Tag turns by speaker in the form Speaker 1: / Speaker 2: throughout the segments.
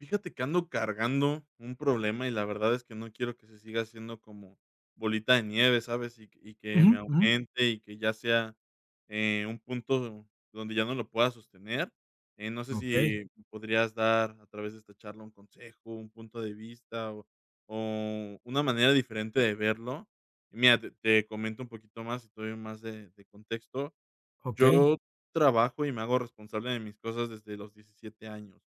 Speaker 1: Fíjate que ando cargando un problema y la verdad es que no quiero que se siga haciendo como bolita de nieve, ¿sabes? Y, que
Speaker 2: Ujú,
Speaker 1: me
Speaker 2: ujú.
Speaker 1: aumente y que ya sea un punto donde ya no lo pueda sostener. No sé
Speaker 2: Okey,
Speaker 1: si podrías dar a través de esta charla un consejo, un punto de vista o una manera diferente de verlo. Y mira, te comento un poquito más y te doy más de contexto.
Speaker 2: okey.
Speaker 1: Yo trabajo y me hago responsable de mis cosas desde los 17 años.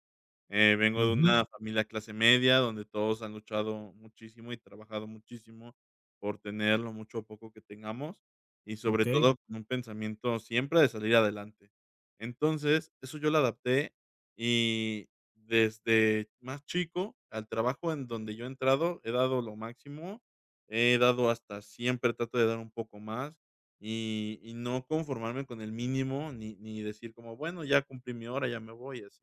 Speaker 1: Vengo de
Speaker 2: Ujú,
Speaker 1: una familia clase media, donde todos han luchado muchísimo y trabajado muchísimo por tener lo mucho o poco que tengamos, y sobre
Speaker 2: okey.
Speaker 1: todo con un pensamiento siempre de salir adelante. Entonces, eso yo lo adapté y desde más chico, al trabajo en donde yo he entrado, he dado lo máximo, he dado, hasta siempre trato de dar un poco más y no conformarme con el mínimo, ni decir como, bueno, ya cumplí mi hora, ya me voy, así.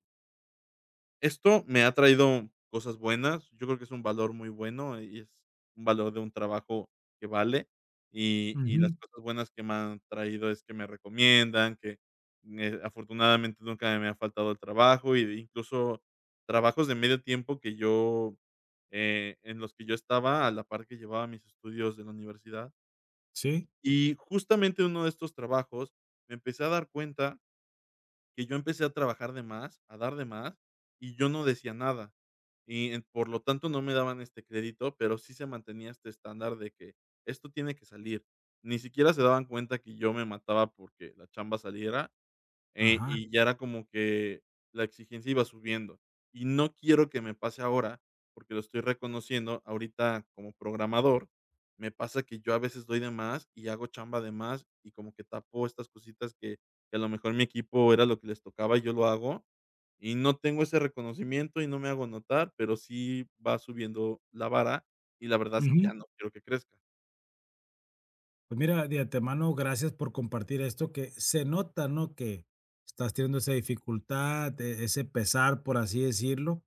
Speaker 1: Esto me ha traído cosas buenas. Yo creo que es un valor muy bueno, y es un valor de un trabajo que vale. Y las
Speaker 2: Ujú.
Speaker 1: cosas buenas que me han traído es que me recomiendan, que, afortunadamente nunca me ha faltado el trabajo, y de incluso trabajos de medio tiempo en los que yo estaba a la par que llevaba mis estudios de la universidad.
Speaker 2: Sí,
Speaker 1: Y justamente en uno de estos trabajos me empecé a dar cuenta que yo empecé a trabajar de más, a dar de más, y yo no decía nada. Y, por lo tanto, no me daban este crédito, pero sí se mantenía este estándar de que esto tiene que salir. Ni siquiera se daban cuenta que yo me mataba porque la chamba saliera,
Speaker 2: ajá.
Speaker 1: y ya era como que la exigencia iba subiendo. Y no quiero que me pase ahora, porque lo estoy reconociendo ahorita como programador. Me pasa que yo a veces doy de más y hago chamba de más, y como que tapo estas cositas que a lo mejor mi equipo era lo que les tocaba y yo lo hago. Y no tengo ese reconocimiento y no me hago notar, pero sí va subiendo la vara y la verdad es que
Speaker 2: Ujú.
Speaker 1: ya no quiero que crezca.
Speaker 2: Pues mira, de antemano, gracias por compartir esto que se nota, ¿no?, que estás teniendo esa dificultad, ese pesar, por así decirlo.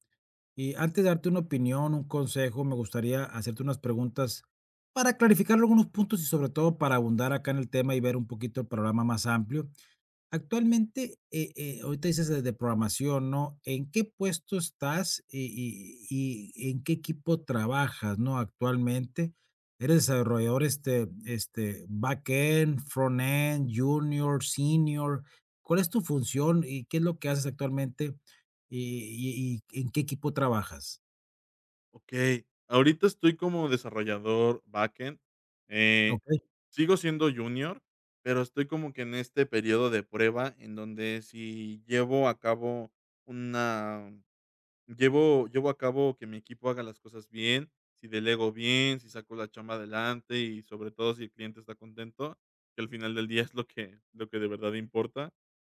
Speaker 2: Y antes de darte una opinión, un consejo, me gustaría hacerte unas preguntas para clarificar algunos puntos y, sobre todo, para abundar acá en el tema y ver un poquito el programa más amplio. Actualmente, ahorita dices de programación, ¿no? ¿En qué puesto estás y y en qué equipo trabajas, no, actualmente? ¿Eres desarrollador, este, backend, frontend, junior, senior? ¿Cuál es tu función y qué es lo que haces actualmente? Y y, ¿en qué equipo trabajas?
Speaker 1: Okey. Ahorita estoy como desarrollador backend, eh,
Speaker 2: Okey.
Speaker 1: sigo siendo junior, pero estoy como que en este periodo de prueba, en donde si llevo a cabo una que mi equipo haga las cosas bien, si delego bien, si saco la chamba adelante y sobre todo si el cliente está contento, que al final del día es lo que de verdad importa,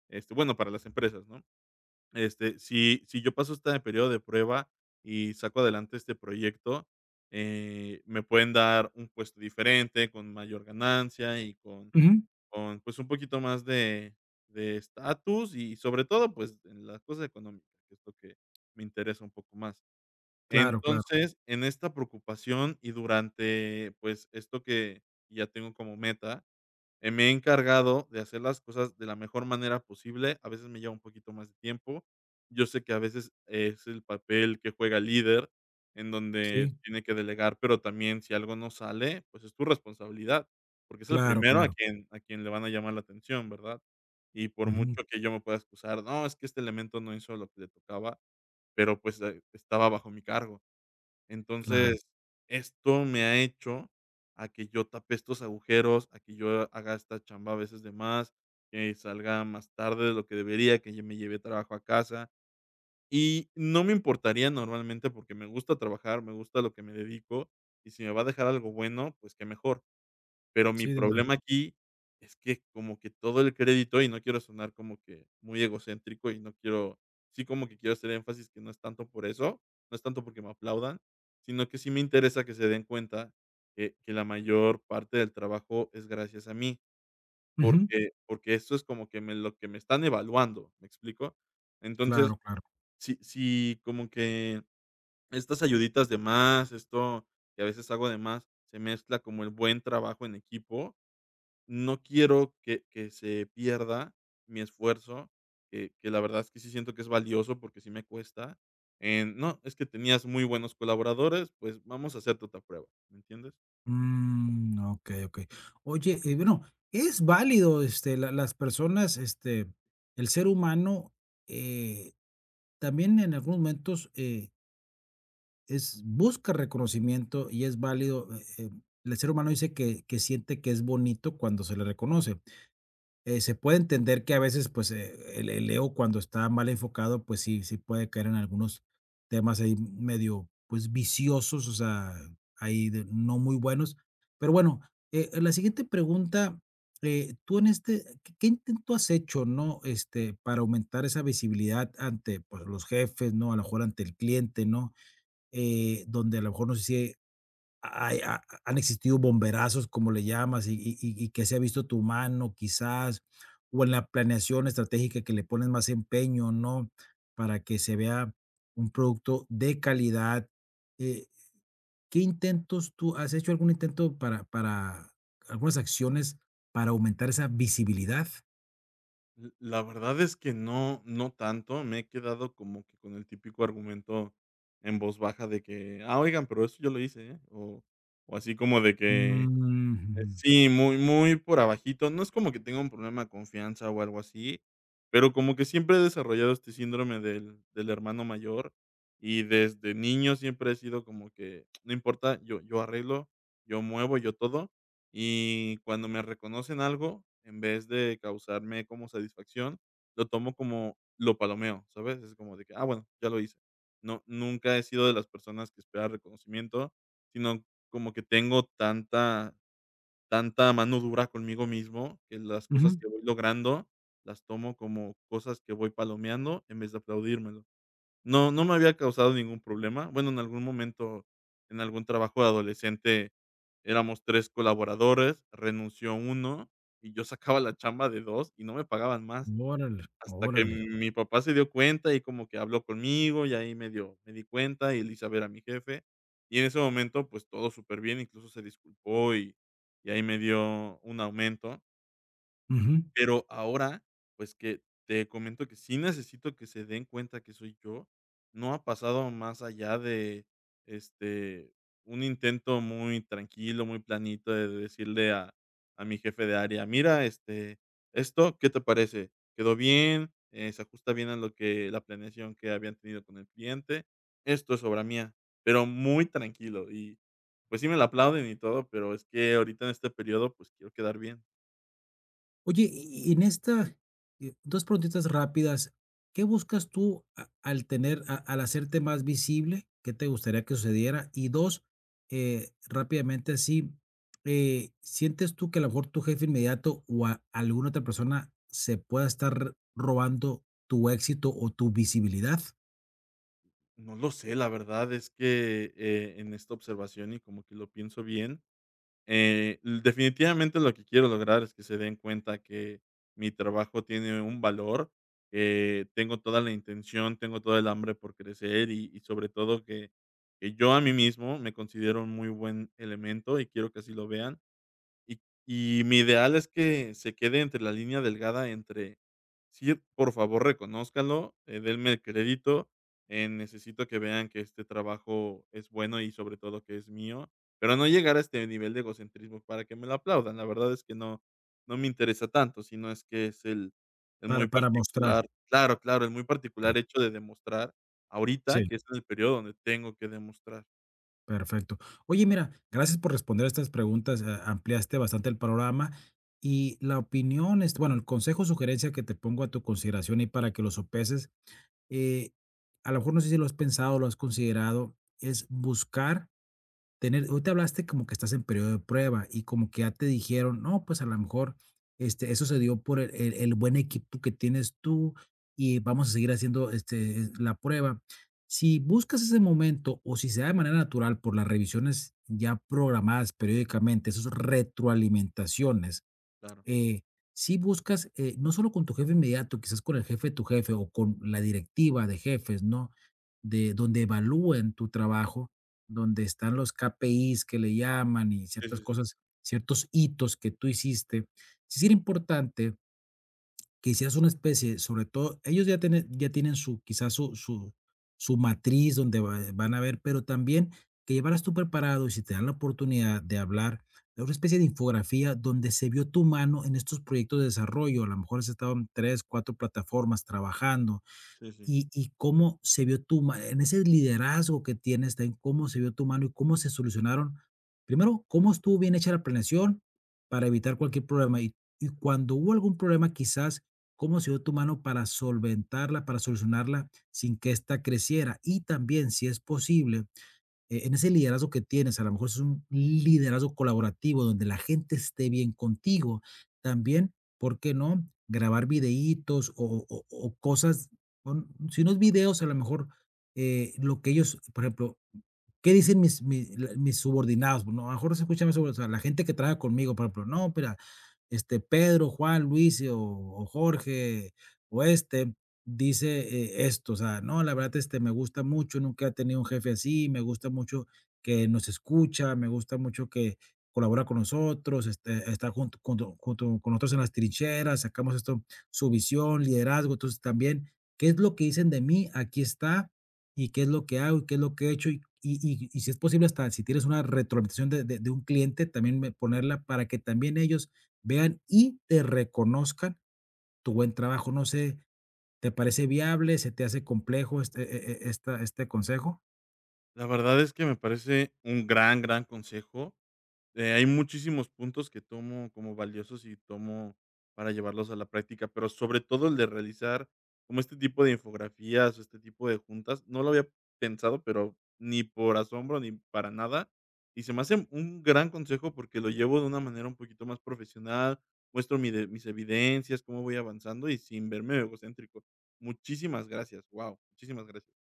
Speaker 1: este, bueno, para las empresas, ¿no? Si si yo paso este periodo de prueba y saco adelante este proyecto, me pueden dar un puesto diferente, con mayor ganancia y con
Speaker 2: Ujú.
Speaker 1: con, pues, un poquito más de estatus y, sobre todo, pues, en las cosas económicas, que es lo que me interesa un poco más.
Speaker 2: Claro, claro.
Speaker 1: Entonces, en esta preocupación y durante, pues, esto que ya tengo como meta, me he encargado de hacer las cosas de la mejor manera posible; a veces me lleva un poquito más de tiempo. Yo sé que a veces es el papel que juega el líder, en donde
Speaker 2: Sí,
Speaker 1: tiene que delegar, pero también si algo no sale, pues es tu responsabilidad, porque es el
Speaker 2: claro,
Speaker 1: primero a
Speaker 2: claro.
Speaker 1: quien a quien le van a llamar la atención, ¿verdad? Y por
Speaker 2: Ujú,
Speaker 1: mucho que yo me pueda excusar, no, es que este elemento no hizo lo que le tocaba, pero pues, estaba bajo mi cargo.
Speaker 2: claro.
Speaker 1: Entonces, esto me ha hecho a que yo tape estos agujeros, a que yo haga esta chamba a veces de más, que salga más tarde de lo que debería, que yo me lleve trabajo a casa. Y no me importaría normalmente porque me gusta trabajar, me gusta lo que me dedico, y si me va a dejar algo bueno, pues qué mejor. Pero mi
Speaker 2: Sí, desde.
Speaker 1: problema aquí es que, como que todo el crédito, y no quiero sonar como que muy egocéntrico, y no quiero, sí, como que quiero hacer énfasis que no es tanto por eso, no es tanto porque me aplaudan, sino que sí me interesa que se den cuenta que la mayor parte del trabajo es gracias a mí,
Speaker 2: Ujú,
Speaker 1: porque eso es como que me, lo que me están evaluando, ¿me explico? Entonces,
Speaker 2: claro, claro.
Speaker 1: si si como que estas ayuditas de más, esto que a veces hago de más, se mezcla como el buen trabajo en equipo, no quiero que se pierda mi esfuerzo, que la verdad es que sí siento que es valioso, porque sí me cuesta, en: "No, es que tenías muy buenos colaboradores, pues vamos a hacerte otra prueba", ¿me entiendes?
Speaker 2: Mm, okey, okey. Oye, y bueno, es válido, este, la las personas, este, el ser humano, eh, también en algunos momentos, es busca reconocimiento y es válido, el ser humano dice que siente que es bonito cuando se le reconoce. Se puede entender que a veces, pues, el ego cuando está mal enfocado, pues sí, sí puede caer en algunos temas ahí medio, pues, viciosos, o sea, ahí de no muy buenos. Pero bueno, la siguiente pregunta, tú en este, ¿qué intento has hecho, no? Este, para aumentar esa visibilidad ante, pues, los jefes, ¿no? A lo mejor ante el cliente, ¿no? Donde a lo mejor no sé si han existido bomberazos, como le llamas, y, y que se ha visto tu mano quizás, o en la planeación estratégica que le pones más empeño, ¿no? Para que se vea un producto de calidad. Eh, ¿Qué intentos tú has hecho algún intento para algunas acciones para aumentar esa visibilidad?
Speaker 1: L la verdad es que no, no tanto, me he quedado como que con el típico argumento en voz baja de que: "Ah, oigan, pero eso yo lo hice, ¿eh?", o así como de que.
Speaker 2: Mm,
Speaker 1: Sí, muy muy por abajito. No es como que tenga un problema de confianza o algo así, pero como que siempre he desarrollado este síndrome del hermano mayor, y desde niño siempre he sido como que no importa, yo arreglo, yo muevo, yo todo. Y cuando me reconocen algo, en vez de causarme como satisfacción, lo tomo como, lo palomeo, ¿sabes? Es como de que: "Ah, bueno, ya lo hice". No, nunca he sido de las personas que espera reconocimiento, sino como que tengo tanta mano dura conmigo mismo, que las cosas
Speaker 2: ujú.
Speaker 1: que voy logrando las tomo como cosas que voy palomeando, en vez de aplaudírmelo. No, no me había causado ningún problema. Bueno, en algún momento, en algún trabajo de adolescente, éramos 3 colaboradores, renunció uno y yo sacaba la chamba de 2 y no me pagaban más.
Speaker 2: Órale,
Speaker 1: Hasta que
Speaker 2: órale.
Speaker 1: mi papá se dio cuenta, y como que habló conmigo, y ahí medio me di cuenta y le hice ver a mi jefe. Y en ese momento, pues, todo súper bien, incluso se disculpó, y ahí me dio un aumento.
Speaker 2: Ujú.
Speaker 1: Pero ahora, pues, que te comento que sí necesito que se den cuenta que soy yo, no ha pasado más allá de, este, un intento muy tranquilo, muy planito de decirle a mi jefe de área: "Mira, esto, ¿qué te parece? ¿Quedó bien? ¿Se ajusta bien a lo que, la planeación que habían tenido con el cliente? Esto es obra mía", pero muy tranquilo y, pues, sí me la aplauden y todo, pero es que ahorita en este periodo, pues, quiero quedar bien.
Speaker 2: Oye, y en esta, 2 preguntitas rápidas, ¿qué buscas tú a al tener a al hacerte más visible? ¿Qué te gustaría que sucediera? Y 2, rápidamente así, ¿sientes tú que a lo mejor tu jefe inmediato o a alguna otra persona se pueda estar robando tu éxito o tu visibilidad
Speaker 1: No lo sé, la verdad es que, en esta observación y como que lo pienso bien, l definitivamente lo que quiero lograr es que se den cuenta que mi trabajo tiene un valor, que tengo toda la intención, tengo todo el hambre por crecer, y sobre todo que yo a mí mismo me considero un muy buen elemento y quiero que así lo vean. Y y mi ideal es que se quede entre la línea delgada entre, sí, por favor, reconózcanlo, denme el crédito, necesito que vean que este trabajo es bueno y sobre todo que es mío, pero no llegar a este nivel de egocentrismo para que me lo aplaudan. La verdad es que no, no me interesa tanto, sino es que es el muy
Speaker 2: para mostrar?
Speaker 1: particular, claro, claro, el muy
Speaker 2: Okey,
Speaker 1: particular hecho de demostrar
Speaker 2: sí.
Speaker 1: ahorita, que es en el periodo donde tengo que demostrar.
Speaker 2: Perfecto. Oye, mira, gracias por responder estas preguntas, ampliaste bastante el panorama y la opinión, es, bueno, el consejo o sugerencia que te pongo a tu consideración y para que lo sopeses, eh, a lo mejor no sé si lo has pensado, lo has considerado, es buscar tener. Ahorita hablaste como que estás en periodo de prueba y como que ya te dijeron, no, pues a lo mejor, este, eso se dio por el buen equipo que tienes tú y vamos a seguir haciendo, este, la prueba. Si buscas ese momento o si se da de manera natural por las revisiones ya programadas periódicamente, esas retroalimentaciones
Speaker 1: Claro.
Speaker 2: eh, sí buscas, no solo con tu jefe inmediato, quizás con el jefe de tu jefe o con la directiva de jefes, ¿no? De donde evalúen tu trabajo, donde están los KPIs que le llaman y
Speaker 1: Sí,
Speaker 2: ciertas
Speaker 1: sí, sí.
Speaker 2: cosas, ciertos hitos que tú hiciste. Sí sería importante quizás una especie, sobre todo, ellos ya tienen su, quizás su matriz donde van a ver, pero también que llevaras tú preparado y si te dan la oportunidad de hablar, de una especie de infografía donde se vio tu mano en estos proyectos de desarrollo. A lo mejor has estado en tres, cuatro plataformas trabajando.
Speaker 1: Sí, sí.
Speaker 2: ¿Y cómo se vio tu mano en ese liderazgo que tienes también, cómo se vio tu mano y cómo se solucionaron? Primero, ¿cómo estuvo bien hecha la planeación para evitar cualquier problema? Y cuando hubo algún problema, quizás, ¿cómo se vio tu mano para solventarla, para solucionarla sin que esta creciera? Y también, si es posible, en ese liderazgo que tienes, a lo mejor es un liderazgo colaborativo donde la gente esté bien contigo. También, ¿por qué no? Grabar videitos o, o cosas, si no es videos, a lo mejor lo que ellos, por ejemplo, ¿qué dicen mis subordinados? Bueno, a lo mejor se escucha más sobre, o sea, la gente que trabaja conmigo, por ejemplo, no, pero este Pedro, Juan, Luis o Jorge o este, dice, esto, o sea, no, la verdad, este, me gusta mucho, nunca he tenido un jefe así, me gusta mucho que nos escucha, me gusta mucho que colabora con nosotros, este, está junto con nosotros en las trincheras, sacamos esto, su visión, liderazgo, entonces también, ¿qué es lo que dicen de mí? Aquí está, y qué es lo que hago, y qué es lo que he hecho, y, y si es posible, hasta si tienes una retroalimentación de un cliente, también ponerla para que también ellos vean y te reconozcan tu buen trabajo. No sé, ¿te parece viable? ¿Se te hace complejo este, esta este consejo?
Speaker 1: La verdad es que me parece un gran, gran consejo. Hay muchísimos puntos que tomo como valiosos y tomo para llevarlos a la práctica, pero sobre todo el de realizar como este tipo de infografías o este tipo de juntas. No lo había pensado, pero ni por asombro ni para nada. Y se me hace un gran consejo porque lo llevo de una manera un poquito más profesional, muestro mi mis evidencias, cómo voy avanzando y sin verme egocéntrico. Muchísimas gracias. Wow, muchísimas gracias.